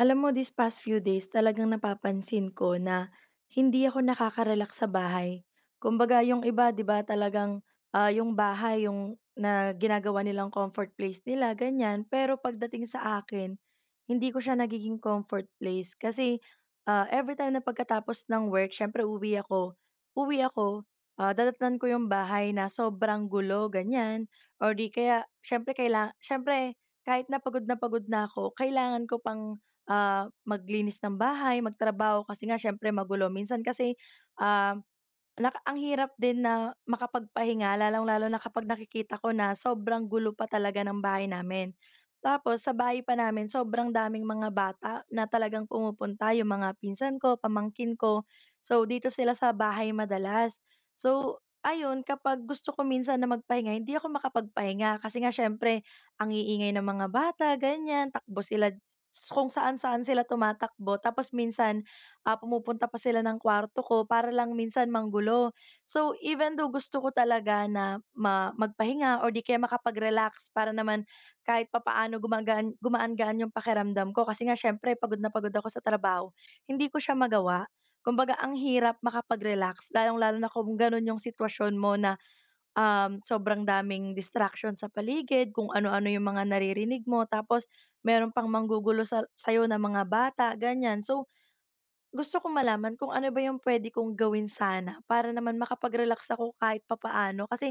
Alam mo, these past few days talagang napapansin ko na hindi ako nakakarelax sa bahay. Kumbaga yung iba 'di ba talagang, yung bahay yung na ginagawa nilang comfort place nila ganyan, pero pagdating sa akin, hindi ko siya nagiging comfort place kasi, every time na pagkatapos ng work siyempre uuwi ako. Uwi ako, dadatnan ko yung bahay na sobrang gulo ganyan or 'di kaya siyempre siyempre kahit pagod na ako kailangan ko pang maglinis ng bahay, magtrabaho kasi nga siyempre magulo. Minsan kasi, ah, ang hirap din na makapagpahinga lalong-lalo na kapag nakikita ko na sobrang gulo pa talaga ng bahay namin. Tapos sa bahay pa namin sobrang daming mga bata na talagang pumupunta, yung mga pinsan ko, pamangkin ko. So, dito sila sa bahay madalas. So, ayun kapag gusto ko minsan na magpahinga hindi ako makapagpahinga kasi nga siyempre ang iingay ng mga bata, ganyan. Takbo sila kung saan-saan sila tumatakbo tapos minsan pumupunta pa sila ng kwarto ko para lang minsan manggulo. So, even though gusto ko talaga na magpahinga or di kaya makapag-relax para naman kahit papaano gumaan-gaan yung pakiramdam ko kasi nga siyempre pagod na pagod ako sa trabaho, hindi ko siya magawa. Kumbaga ang hirap makapag-relax lalong-lalo na kung gano'n yung sitwasyon mo na, sobrang daming distraction sa paligid, kung ano-ano yung mga naririnig mo tapos meron pang manggugulo sa sa'yo na mga bata, ganyan. So, gusto ko malaman kung ano ba yung pwede kong gawin sana para naman makapag-relax ako kahit papaano. Kasi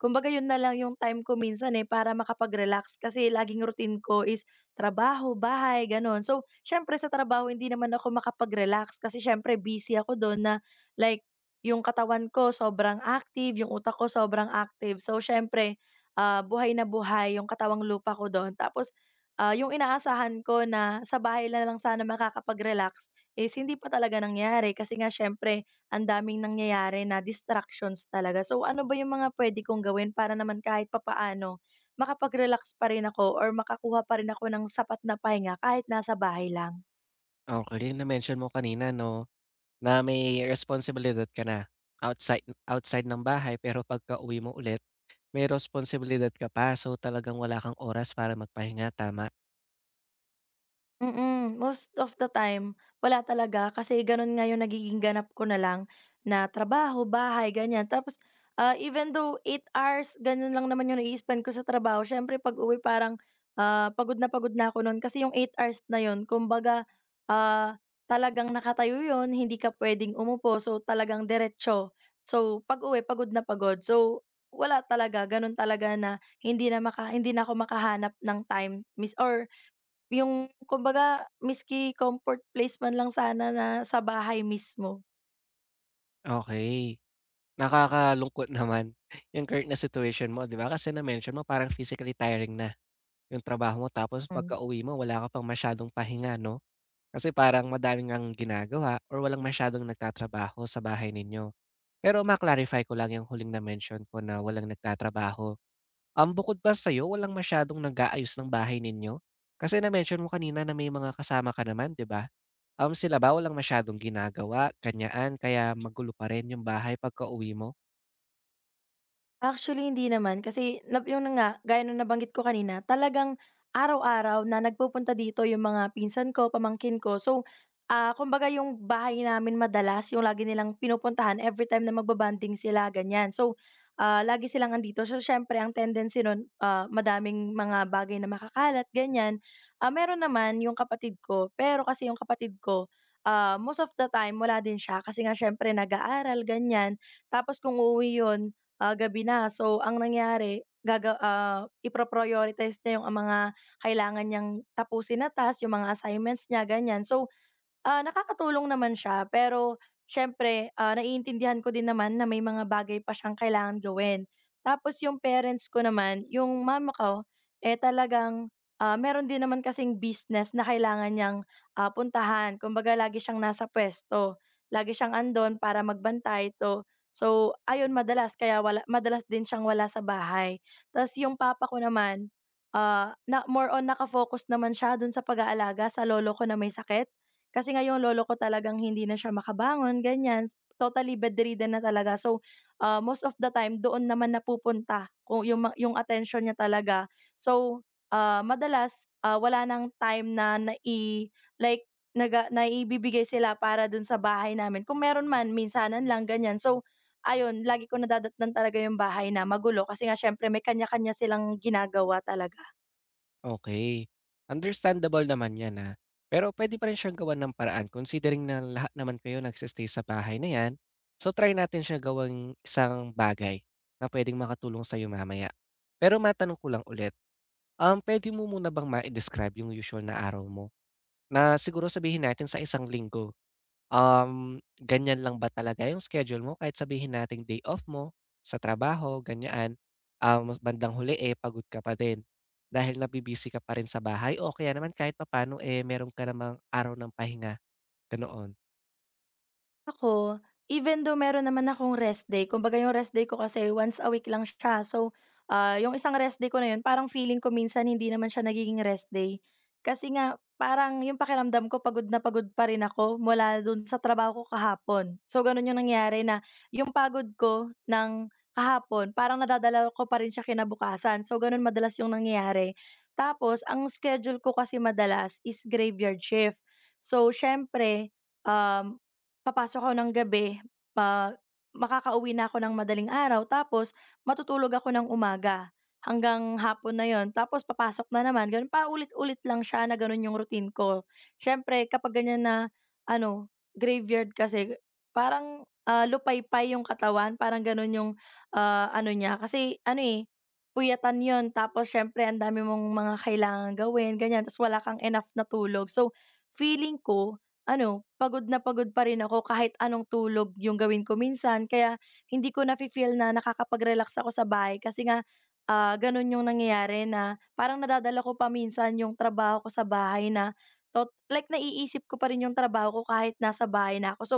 kumbaga yun na lang yung time ko minsan, eh, para makapag-relax kasi laging routine ko is trabaho, bahay, gano'n. So, siyempre sa trabaho hindi naman ako makapag-relax kasi siyempre busy ako do'n na like yung katawan ko sobrang active, yung utak ko sobrang active. So, siyempre, buhay na buhay yung katawang lupa ko do'n. Tapos, yung inaasahan ko na sa bahay na lang sana makakapag-relax is hindi pa talaga nangyari kasi nga siyempre ang daming nangyayari na distractions talaga. So ano ba yung mga puwede kong gawin para naman kahit papaano makapag-relax pa rin ako or makakuha pa rin ako ng sapat na pahinga kahit nasa bahay lang? Okay, yung na-mention mo kanina 'no, na may responsibilidad ka na outside outside ng bahay pero pagkauwi mo ulit may responsibilidad ka pa. So, talagang wala kang oras para magpahinga, tama? Mm, most of the time wala talaga kasi gano'n nga yung nagiging ganap ko na lang na trabaho, bahay, ganyan. Tapos, even though 8 hours gano'n lang naman yung nai-spend ko sa trabaho siyempre pag-uwi parang, pagod na ako nun kasi yung 8 hours na yun kumbaga, ah, talagang nakatayo yun hindi ka puwedeng umupo so talagang diretso. So pag-uwi pagod na pagod. So wala talaga, gano'n talaga na hindi na ako makahanap ng time or yung kumbaga, maski comfort place man lang sana na sa bahay mismo. Okay, nakakalungkot naman yung current na situation mo, 'di ba? Kasi na-mention mo parang physically tiring na yung trabaho mo tapos Hmm. pagkauwi mo wala ka pang masyadong pahinga 'no? Kasi parang madami ngang ginagawa or walang masyadong nagtatrabaho sa bahay ninyo. Pero ma-clarify ko lang yung huling na-mention ko na walang nagtatrabaho. Bukod ba sa'yo walang masyadong nag-aayos ng bahay ninyo? Kasi na-mention mo kanina na may mga kasama ka naman, 'di ba? Sila ba walang masyadong ginagawa, kanyaan, kaya magulo pa rin yung bahay pagkauwi mo? Actually, hindi naman kasi yung nga, gaya ng nabanggit ko kanina, talagang araw-araw na nagpupunta dito yung mga pinsan ko, pamangkin ko. So, kumbaga yung bahay namin madalas yung lagi nilang pinupuntahan every time na sila, ganyan. So, lagi silang andito. So, siyempre ang tendency nun, madaming mga bagay na makakalat, ganyan. Meron naman yung kapatid ko, pero kasi yung kapatid ko, most of the time wala din siya kasi nga siyempre nag-aaral, ganyan. Tapos kung uuwi yun gabi na. So, ang nangyari ipro-prioritize niya yung mga kailangan niyang tapusin na task, yung mga assignments niya, ganyan. So, nakakatulong naman siya pero siyempre, naiintindihan ko din naman na may mga bagay pa siyang kailangan gawin. Tapos yung parents ko naman, yung mama ko, eh talagang meron din naman kasing business na kailangan niyang puntahan. Kumbaga lagi siyang nasa pwesto, lagi siyang andon para magbantay to. So ayun madalas kaya wala madalas din siyang wala sa bahay. Tapos yung papa ko naman, na more on naman siya dun sa pag-aalaga sa lolo ko na may sakit. Kasi nga yung lolo ko talagang hindi na siya makabangon, ganyan. Totally bedridden na talaga. So, most of the time doon naman napupunta kung yung yung attention niya talaga. So, madalas, wala ng time na like naibibigay sila para dun sa bahay namin. Kung meron man, minsanan lang, ganyan. So, ayun, lagi ko nadadatnan talaga yung bahay na magulo kasi nga siyempre may kanya-kanya silang ginagawa talaga. Okay? Understandable naman 'yan, ah. Pero pwede pa rin siyang gawan ng paraan considering na lahat naman kayo nagse sa bahay na 'yan. So, try natin siya gawang isang bagay na puwedeng makatulong sa'yo mamaya. Pero matanong ko lang ulit, pwede mo muna bang ma describe yung usual na araw mo? Na siguro sabihin natin sa isang linggo, ganyan lang ba talaga yung schedule mo kahit sabihin natin day off mo sa trabaho ganyan, ah, mas bandang huli, eh, pagod ka pa din. Dahil nabibisi ka pa rin sa bahay o kaya naman kahit papaano, eh, meron ka namang araw ng pahinga, ganoon. Ako, even though meron naman akong rest day, kumbaga yung rest day ko kasi once a week lang siya. So, yung isang rest day ko na yun, parang feeling ko minsan hindi naman siya nagiging rest day. Kasi nga, parang yung pakiramdam ko, pagod na pagod pa rin ako mula dun sa trabaho ko kahapon. So, ganun yung nangyari na yung pagod ko ng kahapon, parang nadadala ko pa rin siya kinabukasan. So, ganun madalas yung nangyayari. Tapos, ang schedule ko kasi madalas is graveyard shift. So, syempre, um, Papasok ako ng gabi, ma makakauwi na ako ng madaling araw tapos matutulog ako ng umaga hanggang hapon na yon, tapos papasok na naman ganun. Paulit-ulit lang siya na ganun yung routine ko. Siyempre kapag ganyan na ano, graveyard kasi parang, lupaypay yung katawan parang ganun yung, ano niya kasi ano, eh, puyatan yon, tapos siyempre ang dami mong mga kailangang gawin ganyan tapos wala kang enough na tulog. So, feeling ko ano, pagod na pagod pa rin ako kahit anong tulog yung gawin ko minsan kaya hindi ko nafi-feel na nakakapag-relax ako sa bahay kasi nga, gano'n yung nangyayari na parang nadadala ko pa minsan yung trabaho ko sa bahay na like naiisip ko pa rin yung trabaho ko kahit nasa bahay na ako. So,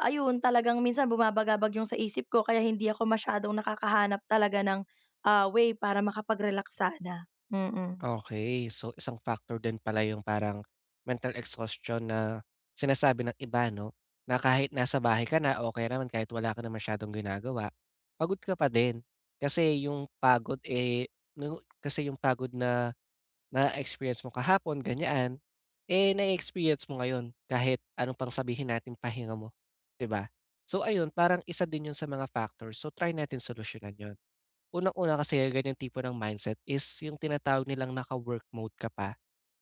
ayun talagang minsan bumabagabag yung sa isip ko kaya hindi ako masyadong nakakahanap talaga ng, way para makapag-relax sana, mm. Okay, so, isang factor din pala yung parang mental exhaustion na sinasabi ng iba 'no, na kahit nasa bahay ka na, okay naman kahit wala ka na masyadong ginagawa, pagod ka pa din. Kasi yung pagod, eh, nu kasi yung pagod na na-experience mo kahapon ganyan, eh, na experience mo ngayon kahit anong pang sabihin nating pahinga mo, 'di ba? So ayun, parang isa din yun sa mga factors, so, try natin solusyonan yun. Unang-una kasi ganyang tipo ng mindset is yung tinatawag nilang naka-work mode ka pa,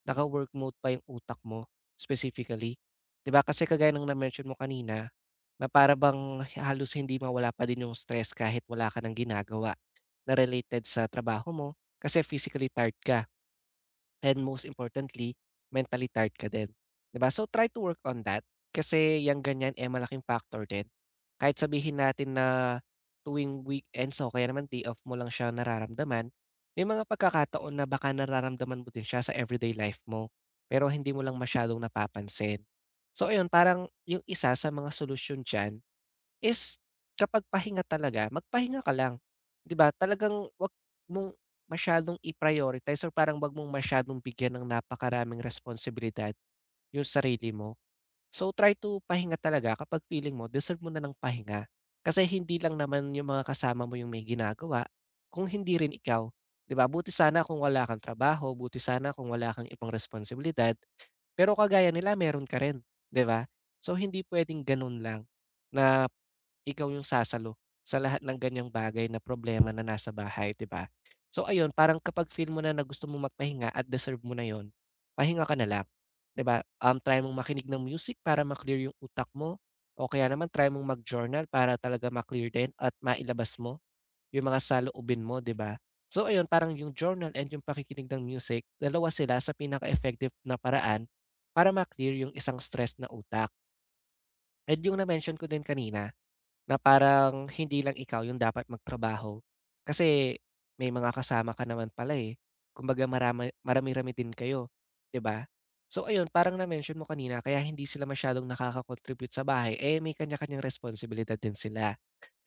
naka-work mode pa yung utak mo specifically. 'Di ba kasi kagaya ng na-mention mo kanina, na para bang halos hindi mawala pa din yung stress kahit wala ka ng ginagawa na related sa trabaho mo kasi physically tired ka. And most importantly, mentally tired ka din, 'di ba? So, try to work on that kasi yung ganyan, eh, malaking factor din. Kahit sabihin natin na tuwing weekends o kaya naman day off mo lang siya nararamdaman, may mga pagkakataon na baka nararamdaman mo din siya sa everyday life mo, pero hindi mo lang masyadong napapansin. So ayun, parang yung isa sa mga solusyon diyan is kapag pahinga talaga, magpahinga ka lang, 'di ba? Talagang 'wag mong masyadong i-prioritize or parang 'wag mong masyadong bigyan ng napakaraming responsibilidad yung sarili mo. So, try to pahinga talaga kapag feeling mo deserve mo na ng pahinga. Kasi hindi lang naman yung mga kasama mo yung may ginagawa, kung hindi rin ikaw, 'di ba? Buti sana kung wala kang trabaho, buti sana kung wala kang ibang responsibilidad, pero kagaya nila meron ka rin, 'di ba? So, hindi puwedeng gano'n lang na ikaw yung sasalo sa lahat ng ganiyang bagay na problema na nasa bahay, 'di ba? So ayun, parang kapag feel mo na na gusto mong magpahinga at deserve mo na yon, pahinga ka na lang, 'di ba? Try mong makinig ng music para ma-clear yung utak mo o kaya naman try mong mag-journal para talaga ma-clear din at mailabas mo yung mga saloobin mo, 'di ba? So ayun, parang yung journal and yung pakikinig ng music, dalawa sila sa pinaka-effective na paraan para ma-clear yung isang stress na utak. And yung na-mention ko din kanina, na parang hindi lang ikaw yung dapat magtrabaho, kasi may mga kasama ka naman pala, eh. Kumbaga marami-rami din kayo, 'di ba? So ayun, parang na-mention mo kanina kaya hindi sila masyadong nakaka-contribute sa bahay, eh, may kanya-kanyang responsibilidad din sila.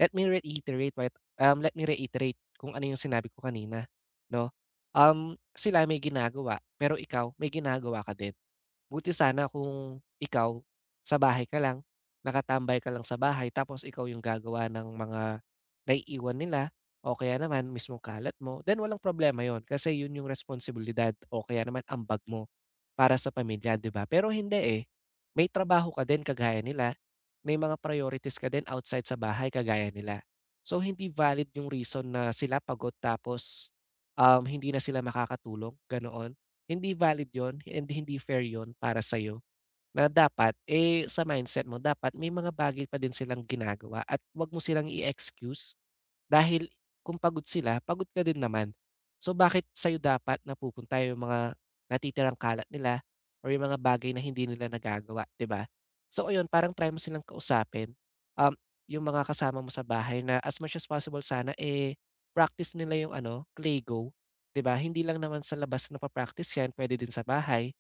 Let me reiterate kung ano yung sinabi ko kanina, 'no? Sila may ginagawa, pero ikaw may ginagawa ka din. Buti sana kung ikaw sa bahay ka lang, nakatambay ka lang sa bahay tapos ikaw yung gagawa ng mga naiiwan nila o kaya naman mismong kalat mo, then walang problema yon. Kasi yun yung responsibilidad o kaya naman ambag mo para sa pamilya, di ba? Pero hindi eh. May trabaho ka din kagaya nila. May mga priorities ka din outside sa bahay kagaya nila. So, hindi valid yung reason na sila pagod tapos hindi na sila makakatulong, ganoon. Hindi valid yon and hindi fair yon para sa'yo. Na dapat, eh, sa mindset mo dapat may mga bagay pa din silang ginagawa at 'wag mo silang i-excuse dahil kung pagod sila, pagod ka din naman. So, bakit sa'yo dapat napupunta yung mga natitirang kalat nila or yung mga bagay na hindi nila nagagawa, 'di ba? So, ayun parang try mo silang kausapin, um, yung mga kasama mo sa bahay na as much as possible sana, eh, practice nila yung ano, Lego, 'di ba? Hindi lang naman sa labas na pa practice 'yan, pwede din sa bahay.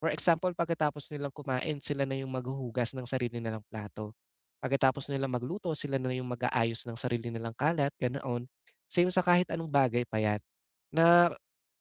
For example, pagkatapos nilang kumain sila na yung maghuhugas ng sarili nilang plato. Pagkatapos nilang magluto, sila na yung mag-aayos ng sarili nilang kalat, ganoon. Same sa kahit anong bagay pa yan. Na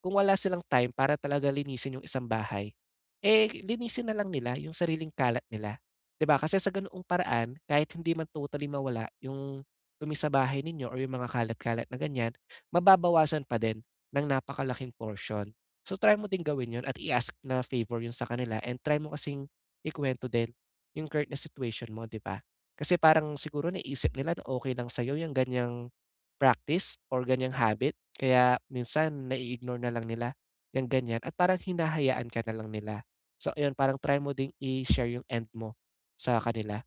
kung wala silang time para talaga linisin yung isang bahay, eh linisin na lang nila yung sariling kalat nila. 'Di ba? Kasi sa ganoong paraan, kahit hindi man totally mawala yung tumi sa bahay ninyo or yung mga kalat-kalat na ganyan, mababawasan pa din ng napakalaking portion. So, try mo din gawin 'yun at i-ask na favor 'yun sa kanila and try mo kasing ikuwento din yung current na situation mo, 'di ba? Kasi parang siguro naisip nila na okey lang sa'yo yung ganyang practice or ganiyang habit kaya minsan nai-ignore na lang nila yung ganyan at parang hinahayaan ka na lang nila. So, ayun parang try mo ding i-share yung end mo sa kanila.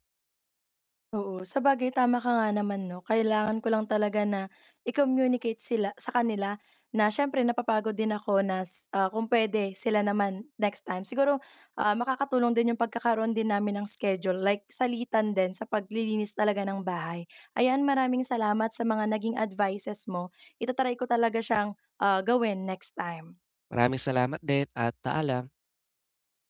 Oo, sabagay tama ka nga naman 'no, kailangan ko lang talaga na i-communicate sila sa kanila na siyempre napapagod din ako na kung puwede sila naman next time. Siguro, makakatulong din yung pagkakaroon din namin ng schedule like salitan din sa paglilinis talaga ng bahay. Ayan, maraming salamat sa mga naging advices mo, ita ko talaga siyang, gawin next time. Maraming salamat din at paalam.